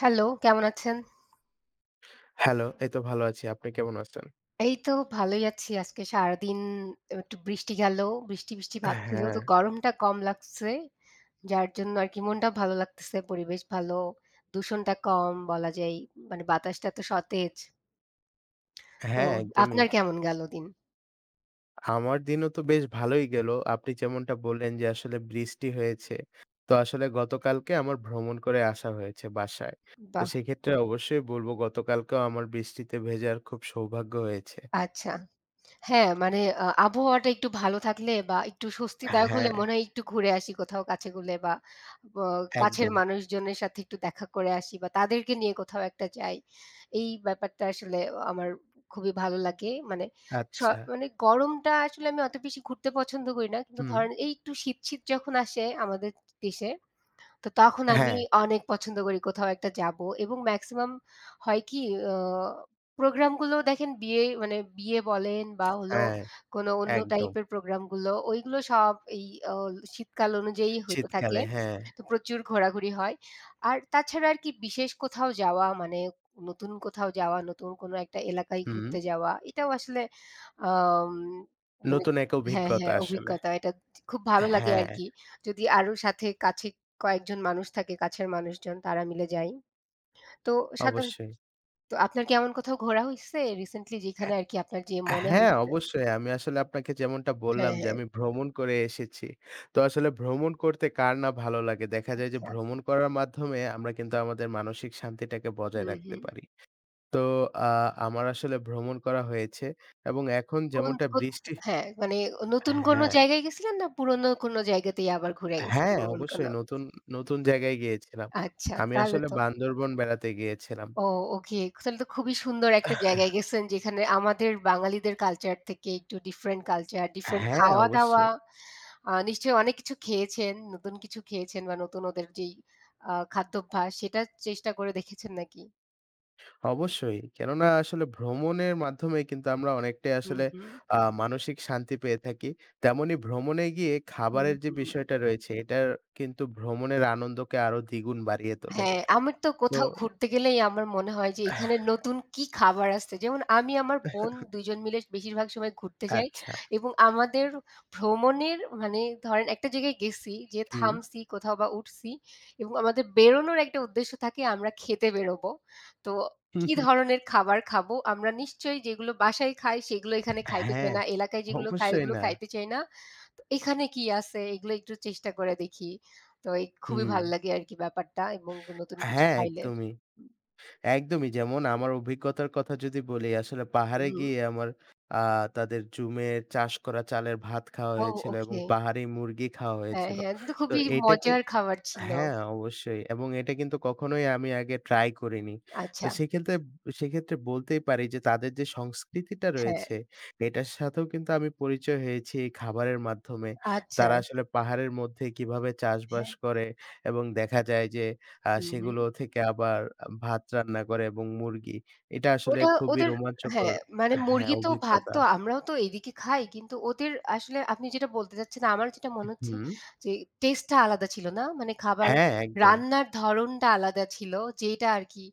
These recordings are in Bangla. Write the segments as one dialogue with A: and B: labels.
A: হ্যালো, কেমন আছেন?
B: হ্যালো, এই তো ভালো আছি। আপনি কেমন আছেন?
A: এই তো ভালোই আছি। আজকে সারাদিন একটু বৃষ্টি গেল। বৃষ্টি, বৃষ্টি ভাব ছিল। তো
B: হ্যাঁ,
A: গরমটা কম লাগছে। যার জন্য আরকি মনটা ভালো লাগতেছে। পরিবেশ ভালো। দূষণটা কম বলা যায়। মানে বাতাসটা তো সতেজ। তো
B: হ্যাঁ, একদমই।
A: আপনার কেমন গেল দিন?
B: আমার দিনও তো বেশ ভালোই গেল। আপনি যেমনটা বললেন যে আসলে বৃষ্টি হয়েছে। তো আসলে গতকালকে আমার ভ্রমণ করে আসা হয়েছে বাসায়। তো
A: বাহ!
B: সেক্ষেত্রে অবশ্যই বলবো গতকালকেও আমার বৃষ্টিতে ভেজার খুব সৌভাগ্য হয়েছে।
A: আচ্ছা। হ্যাঁ, মানে আবহাওয়াটা একটু ভালো থাকলে বা একটু স্বস্তিদায়ক হলে
B: হ্যাঁ,
A: মনে হয় একটু ঘুরে আসি কোথাও কাছে-কূলে বা ব কাছের
B: একদম।
A: মানুষজনের সাথে একটু দেখা করে আসি বা তাদেরকে নিয়ে কোথাও একটা যাই। এই ব্যাপারটা আসলে আমার খুবই ভালো লাগে। স
B: আচ্ছা।
A: মানে গরমটা আসলে আমি অত বেশি ঘুরতে পছন্দ করি না। কিন্তু
B: হুম।
A: ধরেন এই একটু শীত, শীত যখন আসে আমাদের দেশে তো তখন আমি
B: হ্যাঁ,
A: অনেক পছন্দ করি কোথাও একটা যাবো এবং মেক্সিমাম হয় কি আ প্রোগ্রামগুলো দেখেন বিয়ে মানে বিয়ে বলেন বা হলো
B: হ্যাঁ,
A: কোনো অন্য
B: একদম।
A: টাইপের প্রোগ্রামগুলো, ওইগুলো সব এই অ শীতকাল অনুযায়ী হইতে থাকে।
B: শীতকালে হ্যাঁ।
A: তো প্রচুর ঘোরাঘুরি হয়। আর তাছাড়া আর কি বিশেষ কোথাও যাওয়া মানে নতুন কোথাও যাওয়া, নতুন কোনো একটা এলাকায়
B: হুম।
A: ঘুরতে যাওয়া, এটাও আসলে আম মানে
B: নতুন এক
A: হ্যাঁ,
B: অভিজ্ঞতা
A: হ্যাঁ
B: আসলে।
A: অভিজ্ঞতা। এটা খুব ভালো লাগে
B: হ্যাঁ,
A: আরকি। যদি আরো সাথে কাছে কয়েকজন মানুষ থাকে কাছের মানুষজন, তারা মিলে যাই। তো সাধারণ
B: অবশ্যই।
A: তো আপনার কি এমন কোথাও ঘোরা হইছে রিসেন্টলি যেখানে
B: অ্যা
A: আরকি আপনার যেয়ে মনে
B: হ্যাঁ,
A: হইছে?
B: অবশ্যই। আমি আসলে আপনাকে যেমনটা
A: হ্যাঁ,
B: বললাম যে
A: হ্যাঁ।
B: আমি ভ্রমণ করে এসেছি। তো
A: হুম,
B: আসলে ভ্রমণ করতে কার না ভালো লাগে? দেখা যায় যে
A: আচ্ছা।
B: ভ্রমণ করার মাধ্যমে আমরা কিন্তু আমাদের মানসিক শান্তিটাকে বজায়
A: হুম,
B: রাখতে
A: হুম।
B: পারি। তো আ আমার আসলে ভ্রমণ করা হয়েছে এবং এখন
A: কোন
B: যেমনটা
A: কোত
B: বৃষ্টি
A: হ্যাঁ, মানে নতুন কোন
B: হ্যাঁ,
A: জায়গায় গেছিলেন না পুরনো কোন জায়গাতেই আবার ঘুরে গেছেন
B: হ্যাঁ,
A: এমন কোন?
B: অবশ্যই নতুন, নতুন জায়গায় গিয়েছিলাম।
A: আচ্ছা,
B: আমি
A: তাহলে
B: আসলে
A: তো
B: বান্দরবন বেড়াতে গিয়েছিলাম।
A: ও ওকে। তাহলে তো খুবই সুন্দর একটা জায়গায় গেছেন যেখানে আমাদের বাঙালিদের কালচার থেকে একটু ডিফারেন্ট কালচার, ডিফারেন্ট
B: হ্যাঁ,
A: খাওয়া-দাওয়া।
B: অবশ্যই।
A: নিশ্চয়ই অনেক কিছু খেয়েছেন, নতুন কিছু খেয়েছেন বা নতুন ওদের যেই খাদ্যাভ্যাস সেটা চেষ্টা করে দেখেছেন নাকি?
B: অবশ্যই। কেননা আসলে ভ্রমণের মাধ্যমে কিন্তু আমরা অনেকটাই
A: হুম,
B: আসলে
A: হুম।
B: মানসিক শান্তি পেয়ে থাকি। তেমনি ভ্রমণে গিয়ে
A: হুম,
B: খাবারের যে
A: হুম।
B: বিষয়টা রয়েছে, এটার কিন্তু ভ্রমণের আনন্দকে আরো দ্বিগুণ বাড়িয়ে তোলে।
A: হ্যাঁ, আমার তো
B: তো
A: কোথাও ঘুরতে গেলেই আমার মনে হয় যে এখানে নতুন কি খাবার আসছে। যেমন আমি আমার বোন ২ জন মিলে বেশিরভাগ সময় ঘুরতে যাই
B: আচ্ছা।
A: এবং আমাদের ভ্রমণের মানে ধরেন একটা জায়গায় গেছি, যেয়ে
B: হুম।
A: থামছি কোথাও বা উঠছি এবং আমাদের বেরোনোর একটা উদ্দেশ্য থাকে আমরা খেতে বেরোবো। তো কি ধরনের খাবার খাবো? আমরা নিশ্চয়ই যেগুলো বাসায় খাই সেগুলো এখানে খাইতে চাই
B: হ্যাঁ,
A: না। এলাকায় যেগুলো খাই
B: অবশ্যই
A: ওগুলো
B: না।
A: খাইতে চাই না। তো এখানে কি আছে এগুলো একটু চেষ্টা করে দেখি। তো এই খুবই
B: হুম।
A: ভাল লাগে আরকি ব্যাপারটা এবং নতুন কিছু
B: হ্যাঁ,
A: পাইলে।
B: একদমই। একদমই যেমন আমার অভিজ্ঞতার কথা যদি বলি, আসলে পাহাড়ে
A: হুম।
B: গিয়ে আমার আ তাদের জুমের চাষ করা চালের ভাত খাওয়া
A: ও
B: হয়েছিল এবং
A: ওকে।
B: পাহাড়ি মুরগি খাওয়া
A: হ্যাঁ,
B: হয়েছিল।
A: হ্যাঁ। কিন্তু
B: তো
A: খুবই
B: এইটা কি
A: মজার খাবার ছিল।
B: হ্যাঁ, অবশ্যই এবং এটা কিন্তু কখনোই আমি আগে ট্রাই করিনি। তো
A: আচ্ছা।
B: সেক্ষেত্রে সেক্ষেত্রে বলতেই পারি যে তাদের যে সংস্কৃতিটা
A: হ্যাঁ।
B: রয়েছে, এটার সাথেও কিন্তু আমি পরিচয় হয়েছি এই খাবারের মাধ্যমে।
A: আচ্ছা।
B: তারা আসলে পাহাড়ের মধ্যে কিভাবে চাষবাস
A: হ্যাঁ।
B: করে এবং দেখা যায় যে
A: হুম, হুম।
B: সেগুলো থেকে আবার ভাত রান্না করে এবং মুরগি। এটা আসলে
A: ওটা
B: খুবই
A: ওদের
B: রোমাঞ্চকর
A: হ্যাঁ, মানে
B: হ্যাঁ,
A: মুরগি তো ভাত
B: অভিজ্ঞতা।
A: তো আমরাও তো এদিকে খাই। কিন্তু ওদের আসলে আপনি যেটা বলতে চাচ্ছেন আমার যেটা মনে হচ্ছে
B: হুম।
A: যে টেস্ট টা আলাদা ছিল না? মানে খাবার
B: হ্যাঁ, একদম।
A: রান্নার ধরনটা আলাদা ছিল। যেটা আরকি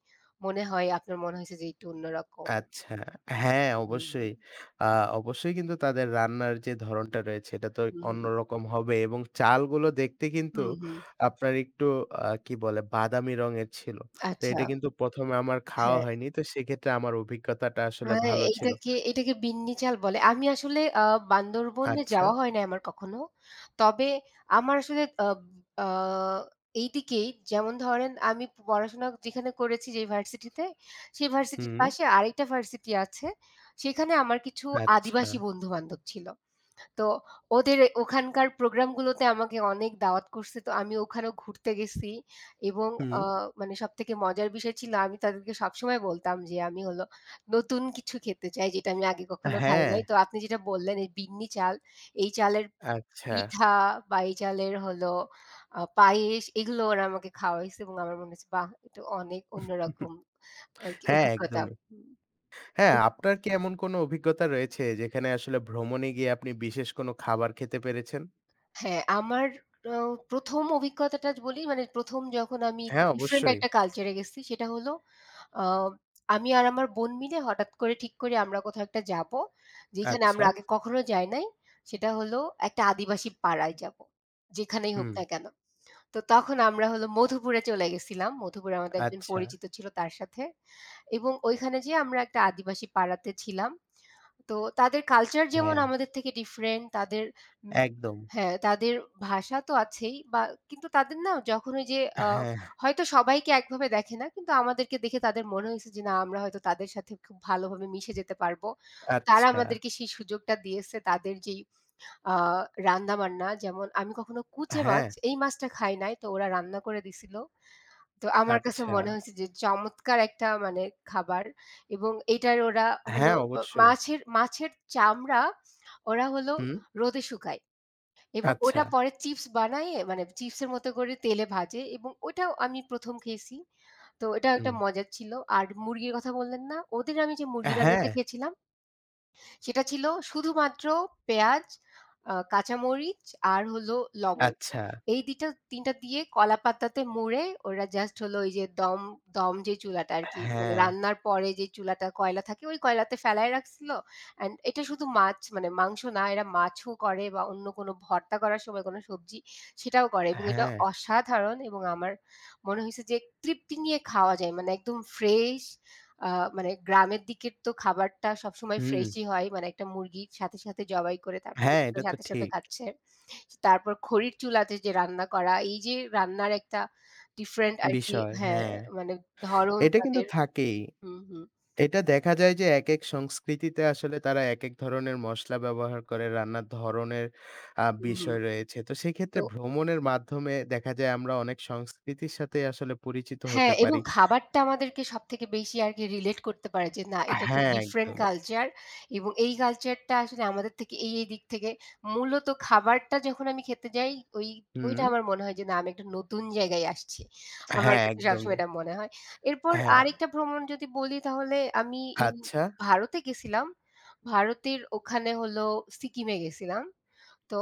A: মনে হয় আপনার মনে হয়েছে যে একটু অন্যরকম।
B: আচ্ছা।
A: হুম,
B: হ্যাঁ,
A: হুম, হুম,
B: অবশ্যই। আ অবশ্যই কিন্তু তাদের রান্নার যে ধরনটা রয়েছে এটা তো
A: হুম, হুম,
B: অন্যরকম হবে এবং চালগুলো দেখতে কিন্তু
A: হুম, হুম।
B: আপনার একটু কি বলে বাদামি রঙের ছিল। তো
A: আচ্ছা,
B: এটা কিন্তু ১ম এ আমার খাওয়া
A: হ্যাঁ।
B: হয়নি। তো সেক্ষেত্রে আমার অভিজ্ঞতাটা
A: আ
B: আসলে ভালো ছিল।
A: এইটাকে এটাকে বিন্নি চাল বলে। আমি আসলে বান্দরবনে
B: আচ্ছা।
A: যাওয়া হয় নাই আমার কখনো। তবে আমার আসলে আব আ এইদিকেই যেমন ধরেন আমি পড়াশোনা যেখানে করেছি যে ভার্সিটিতে, সেই ভার্সিটির
B: হুম,
A: পাশে আরেকটা ভার্সিটি আছে। সেখানে আমার কিছু
B: আচ্ছা।
A: আদিবাসী বন্ধু-বান্ধব ছিল। তো ওদের ওখানকার প্রোগ্রামগুলোতে আমাকে অনেক দাওয়াত করছে। তো আমি ওখানেও ঘুরতে গেছি এবং
B: হুম।
A: আ মানে সবথেকে মজার বিষয় ছিল আমি তাদেরকে সবসময় বলতাম যে আমি হলো নতুন কিছু খেতে চাই যেটা আমি আগে কখনো খাই
B: হ্যাঁ,
A: নাই। তো আপনি যেটা বললেন এই বিন্নি চাল, এই চালের
B: আচ্ছা।
A: পিঠা বা এই চালের হলো পায়েস এগুলো ওরা আমাকে খাওয়াইছে এবং আমার মনে হচ্ছে বাহ! এটা অনেক অন্যরকম আরকি
B: হ্যাঁ,
A: অভিজ্ঞতা।
B: একদমই।
A: হুম।
B: হ্যাঁ, আপনার কি এমন কোনো অভিজ্ঞতা রয়েছে যেখানে আসলে ভ্রমণে গিয়ে আপনি বিশেষ কোনো খাবার খেতে পেরেছেন?
A: হ্যাঁ, আমার আ ১ম অভিজ্ঞতাটা বলি মানে ১ম যখন আমি
B: হ্যাঁ,
A: ডিফরেন্ট
B: অবশ্যই।
A: একটা কালচার এ গেছি সেটা হলো আ আমি আর আমার বোন মিলে হঠাৎ করে ঠিক করি আমরা কোথাও একটা যাবো। যেখানে
B: আচ্ছা।
A: আমরা আগে কখনো যাই নাই। সেটা হলো একটা আদিবাসী পাড়ায় যাবো। যেখানেই হোক
B: হুম,
A: না কেন। তো তখন আমরা হলো মধুপুরে চলে গেছিলাম। মধুপুরে আমাদের একজন
B: আচ্ছা।
A: পরিচিত ছিল তার সাথে। এবং ওইখানে যেয়ে আমরা একটা আদিবাসী পাড়াতে ছিলাম। তো তাদের কালচার যেমন
B: হ্যাঁ,
A: আমাদের থেকে ডিফারেন্ট তাদের উম
B: একদম।
A: হ্যাঁ, তাদের ভাষা তো আছেই বা কিন্তু তাদের না যখন ওই যে
B: হ্যাঁ,
A: হয়তো সবাইকে একভাবে দেখে না। কিন্তু আমাদেরকে দেখে তাদের মনে হয়েছে যে না আমরা হয়তো তাদের সাথে খুব ভালোভাবে মিশে যেতে পারবো। তো তারা
B: আচ্ছা।
A: আমাদেরকে সেই সুযোগটা দিয়েছে তাদের যেই আ রান্নাবান্না যেমন আমি কখনো কুচে মাছ
B: হ্যাঁ,
A: এই মাছটা খাই নাই। তো ওরা রান্না করে দিছিল। তো আমার কাছে
B: আচ্ছা।
A: মনে হয়েছে যে চমৎকার একটা মানে খাবার এবং এটার ওরা হলো
B: হ্যাঁ,
A: আ
B: অবশ্যই।
A: মাছের মাছের চামড়া ওরা হলো
B: হুম,
A: রোদে শুকায় এবং
B: আচ্ছা।
A: ওটা পরে চিপস বানায়ে মানে চিপসের মতো করে তেলে ভাজে এবং ওটাও আমি ১ম খেয়েছি। তো এটাও
B: হুম।
A: একটা মজার ছিল। আর মুরগির কথা বললেন না? ওদের আমি যে মুরগির
B: হ্যাঁ,
A: রান্নাটা খেয়েছিলাম সেটা ছিল শুধুমাত্র পেঁয়াজ, কাঁচামরিচ আর হলো লবণ।
B: আচ্ছা।
A: এই দিটা ৩ টা দিয়ে কলা পাতাতে মুড়ে ওরা জাস্ট হলো ওই যে দম, দম যে চুলাটা আরকি মানে
B: হ্যাঁ,
A: রান্নার পরে যে চুলাটা কয়লা থাকে ওই কয়লাতে ফেলায় রাখছিল। অ্যান্ড এটা শুধু মাছ মানে মাংস না এরা মাছও করে বা অন্য কোনো ভর্তা করার সময় কোনো সবজি সেটাও করে এবং এটা
B: হ্যাঁ।
A: অসাধারণ এবং আমার মনে হইছে যে তৃপ্তি নিয়ে খাওয়া যায়। মানে একদম ফ্রেশ আ মানে গ্রামের দিকের তো খাবারটা সবসময়
B: হুম।
A: ফ্রেশই হয়। মানে একটা মুরগির সাথে, সাথে জবাই করে তারপরে
B: হ্যাঁ,
A: সেটা
B: এটা তো
A: সাথে, সাথে
B: ঠিক
A: খাচ্ছে। তারপর খড়ির চুলাতে যে রান্না করা, এই যে রান্নার একটা ডিফারেন্ট আরকি
B: বিষয়।
A: হ্যাঁ,
B: হ্যাঁ,
A: মানে ধরন
B: এটা কিন্তু
A: তাদের
B: থাকেই।
A: হুম, হুম,
B: এটা দেখা যায় যে একেক সংস্কৃতিতে আসলে তারা একেক ধরনের মসলা ব্যবহার করে, রান্নার ধরনের
A: হুম, হুম।
B: বিষয় রয়েছে। তো সেক্ষেত্রে
A: তো
B: ভ্রমণের মাধ্যমে দেখা যায় আমরা অনেক সংস্কৃতির সাথে আসলে পরিচিত
A: হ্যাঁ,
B: হতে
A: এবং
B: পারি।
A: খাবারটা আমাদেরকে সবথেকে বেশি আরকি রিলেট করতে পারে যে না এটা একটা
B: হ্যাঁ,
A: ডিফরেন্ট
B: একদমই।
A: কালচার এবং এই কালচারটা আসলে আমাদের থেকে এই দিক থেকে মূলত খাবারটা যখন আমি খেতে যাই ওই
B: হুম।
A: ওইটা আমার মনে হয় যে না আমি একটা নতুন জায়গায় আসছি। আমার
B: হ্যাঁ,
A: কিন্তু সবসময়
B: একদমই।
A: এটা মনে হয়। এরপর
B: হ্যাঁ।
A: আরেকটা ভ্রমণ যদি বলি তাহলে আমি ইন
B: আচ্ছা।
A: ভারতে গেছিলাম। ভারতের ওখানে হলো সিকিমে গেছিলাম। তো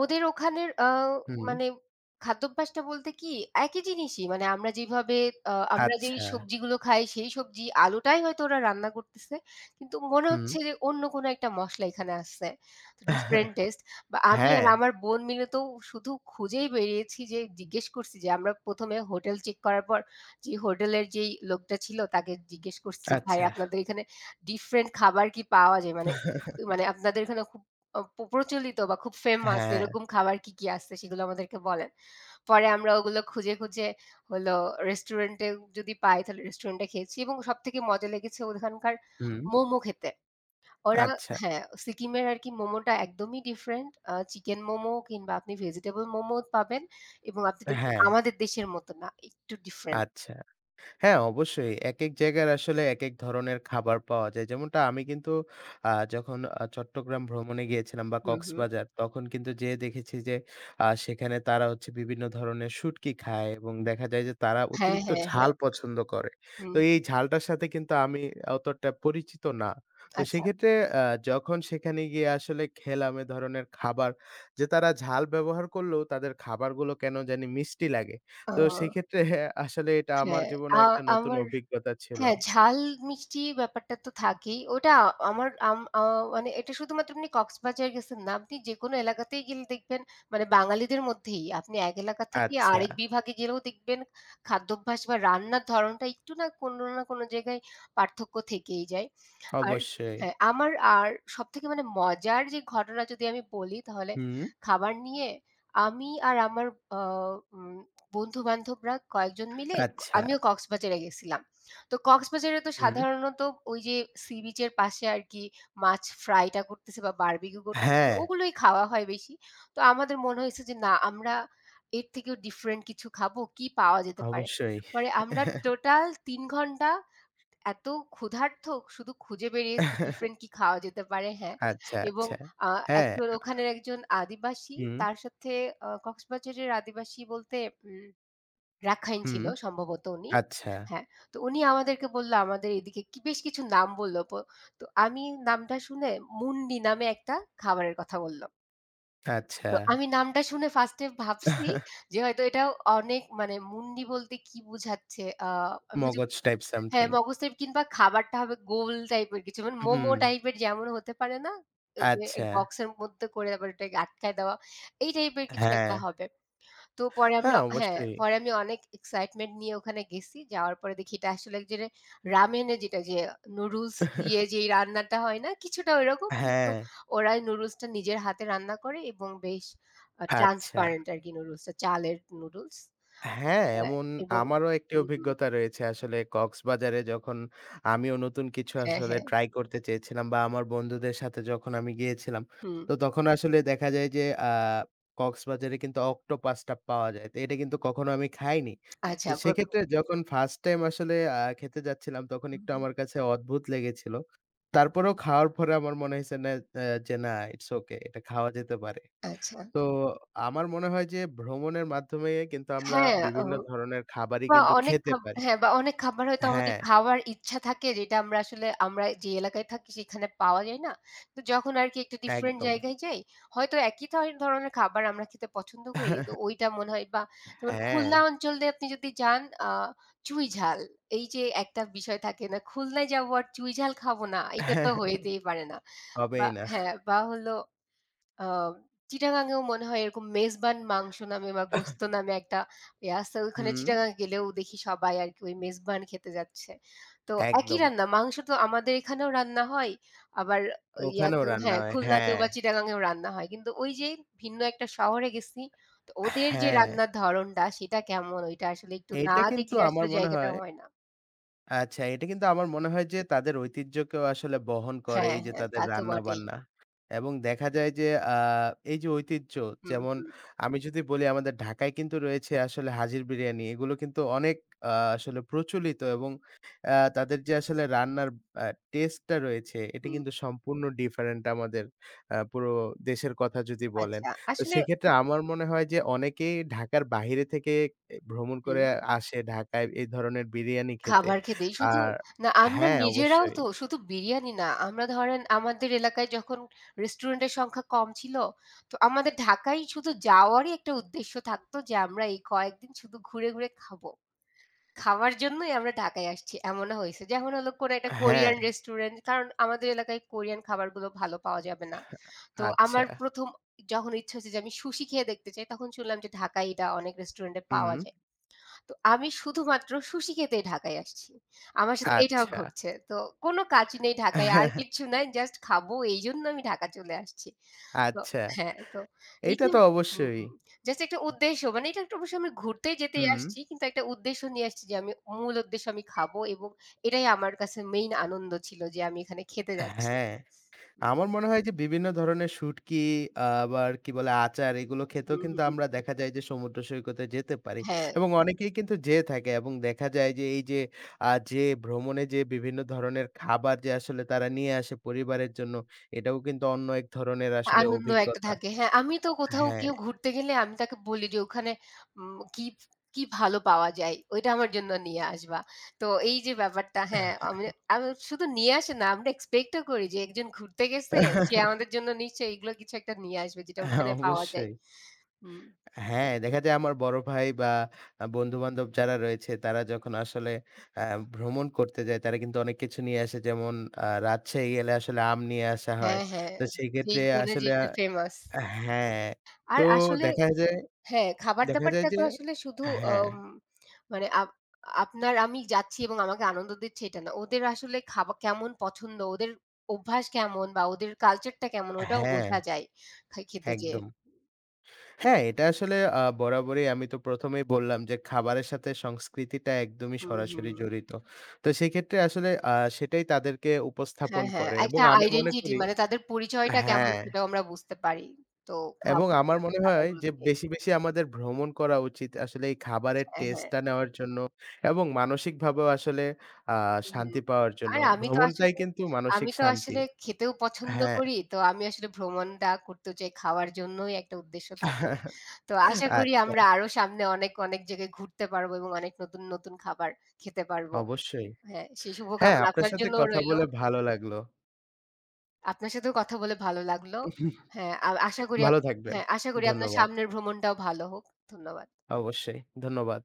A: ওদের ওখানের
B: হুম।
A: মানে খাদ্যাভ্যাসটা বলতে কি একই জিনিসই। মানে আমরা যেভাবে আমরা যেই
B: আচ্ছা।
A: সবজিগুলো খাই সেই সবজি আলুটাই হয়তো ওরা রান্না করতেছে। কিন্তু মনে
B: হুম।
A: হচ্ছে যে অন্য কোনো একটা মসলা এখানে আসছে। তো ডিফারেন্ট টেস্ট বা আমি আর
B: হ্যাঁ।
A: আমার বোন মিলে তো শুধু খুঁজেই বেরিয়েছি যে জিজ্ঞেস করছি যে আমরা ১ম এ হোটেল চেক করার পর যে হোটেলের যেই লোকটা ছিল তাকে জিজ্ঞেস করছি যে, "ভাই
B: আচ্ছা।
A: আপনাদের এখানে ডিফারেন্ট খাবার কি পাওয়া যায়? মানে মানে আপনাদের এখানে খুব অ প প্রচলিত বা খুব ফেমাস
B: হ্যাঁ।
A: এরকম খাবার কি, কি আছে সেগুলো আমাদেরকে বলেন। পরে আমরা ওগুলো খুঁজে, খুঁজে হলো রেস্টুরেন্টে যদি পাই তাহলে রেস্টুরেন্টে খেয়েছি এবং সবথেকে মজা লেগেছে ওখানকার
B: হুম।
A: মোমো খেতে। ওরা
B: আচ্ছা।
A: হ্যাঁ, সিকিমের আরকি মোমোটা একদমই ডিফরেন্ট। চিকেন মোমো কিংবা আপনি ভেজিটেবল মোমো পাবেন এবং আপনি দেখবেন
B: হ্যাঁ।
A: আমাদের দেশের মতো না। একটু ডিফরেন্ট।
B: আচ্ছা। হ্যাঁ, অবশ্যই। একেক জায়গার আসলে একেক ধরনের খাবার পাওয়া যায়। যেমনটা আমি কিন্তু যখন চট্টগ্রাম ভ্রমণে গিয়েছিলাম বা
A: হুম, হুম।
B: কক্সবাজার, তখন কিন্তু যেয়ে দেখেছি যে সেখানে তারা হচ্ছে বিভিন্ন ধরনের শুঁটকি খায় এবং দেখা যায় যে তারা
A: হ্যাঁ,
B: অতিরিক্ত
A: হ্যাঁ, হ্যাঁ।
B: ঝাল পছন্দ করে। তো
A: হুম।
B: এই ঝালটার সাথে কিন্তু আমি অতটা পরিচিত না। তো
A: আচ্ছা।
B: সেক্ষেত্রে আ যখন সেখানে গিয়ে আসলে খেলাম এ ধরনের খাবার যে তারা ঝাল ব্যবহার করলেও তাদের খাবারগুলো কেন জানি মিষ্টি লাগে।
A: ও
B: তো সেক্ষেত্রে হ্যাঁ, আসলে এটা আমার
A: হ্যাঁ। আ
B: জীবনেও একটা নতুন
A: আমার
B: অভিজ্ঞতা ছিল।
A: হ্যাঁ, ঝাল মিষ্টি ব্যাপারটা তো থাকেই। ওটা আমার আম আ মানে এটা শুধুমাত্র আপনি কক্সবাজার গেছেন না। আপনি যেকোনো এলাকাতেই গেলে দেখবেন মানে বাঙালিদের মধ্যেই আপনি এক এলাকা থেকে
B: আচ্ছা,
A: আরেক বিভাগে গেলেও দেখবেন খাদ্যাভ্যাস বা রান্নার ধরনটা একটু না কোনো না কোনো জায়গায় পার্থক্য থেকেই যায়। আর
B: অবশ্যই।
A: হ্যাঁ, আমার আর সবথেকে মানে মজার যে ঘটনা যদি আমি বলি তাহলে
B: হুম।
A: খাবার নিয়ে আমি আর আমার আ উম বন্ধু-বান্ধবরা কয়েকজন মিলে
B: আচ্ছা,
A: আমিও কক্সবাজারে গেছিলাম। তো কক্সবাজারে তো
B: হুম।
A: সাধারণত ওই যে সি বিচ এর পাশে আরকি মাছ ফ্রাইটা করতেছে বা বারবিকিউ করতেছে
B: হ্যাঁ,
A: ওগুলোই খাওয়া হয় বেশি। তো আমাদের মনে হয়েছে যে না আমরা এর থেকেও ডিফারেন্ট কিছু খাবো, কি পাওয়া যেতে পারে?
B: অবশ্যই।
A: পরে আমরা টোটাল ৩ ঘন্টা এত ক্ষুধার্ত শুধু খুঁজে বেরিয়েছি ডিফারেন্ট কি খাওয়া যেতে পারে, হ্যাঁ।
B: আচ্ছা,
A: এবং
B: আচ্ছা।
A: আ
B: হ্যাঁ।
A: একজন ওখানের একজন আদিবাসী
B: হুম,
A: তার সাথে কক্সবাজারের আদিবাসী বলতে উম রাখাইন
B: হুম।
A: ছিল সম্ভবত উনি।
B: আচ্ছা,
A: হ্যাঁ, তো উনি আমাদেরকে বলল আমাদের এদিকে কি বেশ কিছু নাম বলল। তো আমি নামটা শুনে মুন্ডি নামে একটা খাবারের কথা বলল।
B: আচ্ছা।
A: তো আমি নামটা শুনে 1st এ ভাবছি যে হয়তো এটা অনেক মানে মুন্ডি বলতে কি বুঝাচ্ছে?
B: মগজ টাইপ
A: হ্যাঁ,
B: সামথিং।
A: মগজের কিংবা খাবারটা হবে গোল টাইপের কিছু। মানে মোমো
B: হুম,
A: টাইপের যেমন হতে পারে না? ওই যে এক
B: আচ্ছা।
A: বক্সের মধ্যে করে আবার ওটাকে আটকায় দেওয়া। এই টাইপের কিছু
B: হ্যাঁ।
A: একটা হবে। তো পরে আমরা
B: হ্যাঁ,
A: হ্যাঁ,
B: অবশ্যই।
A: পরে আমি অনেক এক্সাইটমেন্ট নিয়ে ওখানে গেছি। যাওয়ার পরে দেখি এটা আসলে এক জনের রামেনে যেটা যে নুডলস দিয়ে যেই রান্নাটা হয় না? কিছুটা ওইরকম কিন্তু
B: হ্যাঁ,
A: ওরা নুডলসটা নিজের হাতে রান্না করে এবং বেশ
B: আচ্ছা।
A: ট্রান্সপারেন্ট আরকি নুডলসটা। চালের নুডলস।
B: হ্যাঁ,
A: হ্যাঁ,
B: এমন
A: এবং
B: আমারও একটি
A: হুম, হুম।
B: অভিজ্ঞতা রয়েছে। আসলে কক্সবাজারে যখন আমিও নতুন কিছু
A: হ্যাঁ,
B: আসলে
A: হ্যাঁ।
B: ট্রাই করতে চেয়েছিলাম বা আমার বন্ধুদের সাথে যখন আমি গিয়েছিলাম,
A: হুম।
B: তো তখন আসলে দেখা যায় যে আ কক্সবাজারে কিন্তু অক্টোপাসটা পাওয়া যায়। তো এটা কিন্তু কখনো আমি খাইনি। তো
A: আচ্ছা ১ম
B: সেক্ষেত্রে যখন ফার্স্ট টাইম আসলে খেতে যাচ্ছিলাম তখন
A: হুম,
B: একটু
A: হুম।
B: আমার কাছে অদ্ভুত লেগেছিল। তারপরেও খাওয়ার পরে আমার মনে হয়েছে না, যে না, ইটস ওকে। এটা খাওয়া যেতে পারে।
A: আচ্ছা।
B: তো আমার মনে হয় যে ভ্রমণের মাধ্যমে কিন্তু আমরা
A: হ্যাঁ, অ
B: বিভিন্ন ধরনের খাবারই
A: বা
B: কিন্তু
A: অনেক
B: খেতে
A: খাব
B: পারি।
A: হ্যাঁ, বা অনেক খাবার হয়তো আমাদের
B: হ্যাঁ,
A: খাওয়ার ইচ্ছা থাকে যেটা আমরা আসলে আমরা যে এলাকায় থাকি সেখানে পাওয়া যায় না। তো যখন আরকি একটু ডিফারেন্ট
B: একদম।
A: জায়গায় যাই, হয়তো একই ধরনের খাবার আমরা খেতে পছন্দ করি। তো ওইটা মনে হয় বা যেমন
B: হ্যাঁ,
A: খুলনা অঞ্চলে আপনি যদি যান আ চুই ঝাল। এই যে একটা বিষয় থাকে না, খুলনায় যাবো আর চুই ঝাল খাবো না। এটা তো হইতেই পারে না। বা
B: হবেই না।
A: হ্যাঁ, বা হলো আ চিটাগাঙেও মনে হয় এরকম মেজবান মাংস নামে বা গোস্ত নামে একটা ইয়ে আছে। ওখানে
B: হুম,
A: চিটাগাং গেলেও দেখি সবাই আরকি ওই মেজবান খেতে যাচ্ছে। তো একই
B: একদম।
A: রান্না মাংস তো আমাদের এখানেও রান্না হয়। আবার
B: ওখানেও
A: ইয়াতেও
B: রান্না
A: হ্যাঁ,
B: হয়।
A: খুলনাতেও
B: হ্যাঁ,
A: বা চিটাগাঙেও রান্না হয়। কিন্তু ওই যে ভিন্ন একটা শহরে গেছি, তো ওদের যে
B: হ্যাঁ।
A: রান্নার ধরনটা সেটা কেমন ওইটা আসলে একটু না
B: এইটা কিন্তু
A: দেখলে আসলে
B: আমার মনে
A: জায়গাটা
B: হয়
A: হয় না।
B: আচ্ছা, এটা কিন্তু আমার মনে হয় যে তাদের ঐতিহ্যকেও আসলে বহন করে
A: হ্যাঁ,
B: এই যে
A: হ্যাঁ,
B: তাদের
A: তা তো বটেই।
B: রান্নাবান্না। এবং দেখা যায় যে আ এই যে ঐতিহ্য
A: হুম,
B: যেমন
A: হুম,
B: আমি যদি বলি আমাদের ঢাকায় কিন্তু রয়েছে আসলে হাজির বিরিয়ানি। এগুলো কিন্তু অনেক আসলে প্রচলিত এবং তাদের যে আসলে রান্নার আ টেস্ট টা রয়েছে এটা
A: হুম,
B: কিন্তু সম্পূর্ণ ডিফারেন্ট আমাদের পুরো দেশের কথা যদি বলেন।
A: আচ্ছা।
B: তো
A: আসলে
B: সেক্ষেত্রে আমার মনে হয় যে অনেকেই ঢাকার বাহিরে থেকে এ ভ্রমণ করে
A: হুম।
B: আসে ঢাকায় এই ধরনের বিরিয়ানি খেতে।
A: খাবার খেতেই। শুধু
B: আর
A: না আমরা
B: হ্যাঁ,
A: নিজেরাও
B: অবশ্যই।
A: তো শুধু বিরিয়ানি না। আমরা ধরেন আমাদের এলাকায় যখন রেস্টুরেন্টের সংখ্যা কম ছিল, তো আমাদের ঢাকায় শুধু যাওয়ারই একটা উদ্দেশ্য থাকতো যে আমরা এই কয়েকদিন শুধু ঘুরে, ঘুরে খাবো। খাওয়ার জন্যই আমরা ঢাকায় আসছি। এমনও হয়েছে। যেমন হলো কোনো একটা
B: হ্যাঁ,
A: কোরিয়ান রেস্টুরেন্ট কারণ আমাদের এলাকায় কোরিয়ান খাবারগুলো ভালো পাওয়া যাবে না। তো
B: আচ্ছা।
A: আমার ১ম যখন ইচ্ছা হচ্ছে যে আমি সুশি খেয়ে দেখতে চাই তখন শুনলাম যে ঢাকায় এটা অনেক রেস্টুরেন্টে পাওয়া
B: হুম,
A: যায়। তো আমি শুধুমাত্র সুশি খেতেই ঢাকায় আসছি। আমার সাথে এটাও
B: আচ্ছা।
A: ঘটছে। তো কোন কাজ নেই ঢাকায় আর কিচ্ছু নাই। জাস্ট খাবো এইজন্য আমি ঢাকা চলে আসছি। তো
B: আচ্ছা,
A: হ্যাঁ, তো এই
B: এইটা
A: যে
B: তো
A: হুম,
B: অবশ্যই।
A: হুম। জাস্ট একটা উদ্দেশ্য মানে এটা একটা অবশ্যই আমি ঘুরতে যেতেই
B: হুম,
A: আসছি কিন্তু একটা উদ্দেশ্য নিয়ে আসছি যে আমি মূল উদ্দেশ্য আমি খাবো এবং এটাই আমার কাছে মেইন আনন্দ ছিল যে আমি এখানে খেতে যাচ্ছি।
B: হ্যাঁ। আমার মনে হয় যে বিভিন্ন ধরনের শুঁটকি আবার কি বলে আচার এগুলো খেতেও
A: হুম,
B: কিন্তু
A: হুম,
B: আমরা দেখা যায় যে সমুদ্র সৈকতে যেতে পারি
A: হ্যাঁ।
B: এবং অনেকেই কিন্তু যেয়ে থাকে এবং দেখা যায় যে এই যে যে ভ্রমণে যে বিভিন্ন ধরনের খাবার যে আসলে তারা নিয়ে আসে পরিবারের জন্য এটাও কিন্তু অন্য এক ধরনের আসলে
A: আনন্দ একটা
B: অভিজ্ঞতা।
A: থাকে। হ্যাঁ, আমি তো কোথাও
B: হ্যাঁ।
A: কেউ ঘুরতে গেলে আমি তাকে বলি যে ওখানে উম কি, কি ভালো পাওয়া যায় ওইটা আমার জন্য নিয়ে আসবা। তো এই যে ব্যাপারটা হ্যাঁ, আমি আমি শুধু নিয়ে আসে না আমরা এক্সপেক্ট ও করি যে একজন ঘুরতে গেছে সে আমাদের জন্য নিশ্চয়ই এগুলো কিছু একটা নিয়ে আসবে যেটা
B: হ্যাঁ,
A: ওখানে পাওয়া যায়।
B: অবশ্যই।
A: হুম।
B: হ্যাঁ, দেখা যায় আমার বড় ভাই বা বন্ধু-বান্ধব যারা রয়েছে তারা যখন আসলে আ ভ্রমণ করতে যায় তারা কিন্তু অনেক কিছু নিয়ে আসে। যেমন রাজশাহী গেলে আসলে আম নিয়ে আসা হয়।
A: হ্যাঁ, হ্যাঁ।
B: তো
A: যেই
B: সেক্ষেত্রে
A: ধরনের
B: আসলে
A: যেটা ফেমাস।
B: হ্যাঁ,
A: আর
B: তো
A: আসলে
B: দেখা যায়
A: হ্যাঁ, খাবার-দাবারটা
B: যে
A: তো আসলে শুধু
B: হ্যাঁ,
A: আম মানে আপ আপনার আমি যাচ্ছি এবং আমাকে আনন্দ দিচ্ছে এটা না। ওদের আসলে খাবা কেমন পছন্দ, ওদের অভ্যাস কেমন বা ওদের কালচারটা কেমন ওটাও
B: হ্যাঁ,
A: বোঝা যায় খেতে যেয়ে।
B: একদম। হ্যাঁ, এটা আসলে বরাবরই আমি তো ১ম এই বললাম যে, খাবারের সাথে সংস্কৃতিটা একদমই
A: হুম,
B: সরাসরি
A: হুম।
B: জড়িত। তো সেক্ষেত্রে আসলে সেটাই তাদেরকে
A: হ্যাঁ,
B: উপস্থাপন
A: হ্যাঁ।
B: করে এবং
A: একটা
B: আমি মনে
A: আইডেন্টিটি
B: করি
A: মানে তাদের পরিচয়টা কেমন
B: হ্যাঁ,
A: সেটাও আমরা বুঝতে পারি। তো খাব
B: এবং আমার
A: ওদের
B: মনে হয়
A: খাবারগুলো
B: যে
A: খেয়ে।
B: বেশি, বেশি আমাদের ভ্রমণ করা উচিত আসলে এই খাবারের
A: হ্যাঁ, হ্যাঁ।
B: টেস্টটা নেওয়ার জন্য এবং মানসিকভাবেও আসলে আ
A: হুম।
B: শান্তি পাওয়ার জন্য।
A: আর আমি তো
B: ভ্রমণটাই
A: আসলে
B: কিন্তু মানসিক শান্তি।
A: খেতেও পছন্দ
B: হ্যাঁ।
A: করি। তো আমি আসলে ভ্রমণটা করতেও চাই। খাওয়ার জন্যই একটা উদ্দেশ্য থাকে। তো আশা করি
B: আচ্ছা,
A: আমরা আরো সামনে অনেক, অনেক জায়গায় ঘুরতে পারবো এবং অনেক নতুন, নতুন খাবার খেতে পারবো।
B: অবশ্যই।
A: হ্যাঁ, সেই
B: হ্যাঁ,
A: শুভকামনা
B: আপনার
A: আপনার
B: সাথে
A: জন্যও
B: কথা
A: রইলো।
B: বলে ভালো লাগলো।
A: আপনার সাথেও কথা বলে ভালো লাগলো। হ্যাঁ, আ আশা করি
B: ভালো
A: আপনি
B: থাকবেন।
A: হ্যাঁ, আশা করি আপনার
B: ধন্যবাদ।
A: সামনের ভ্রমণটাও ভালো হোক। ধন্যবাদ।
B: অবশ্যই। ধন্যবাদ।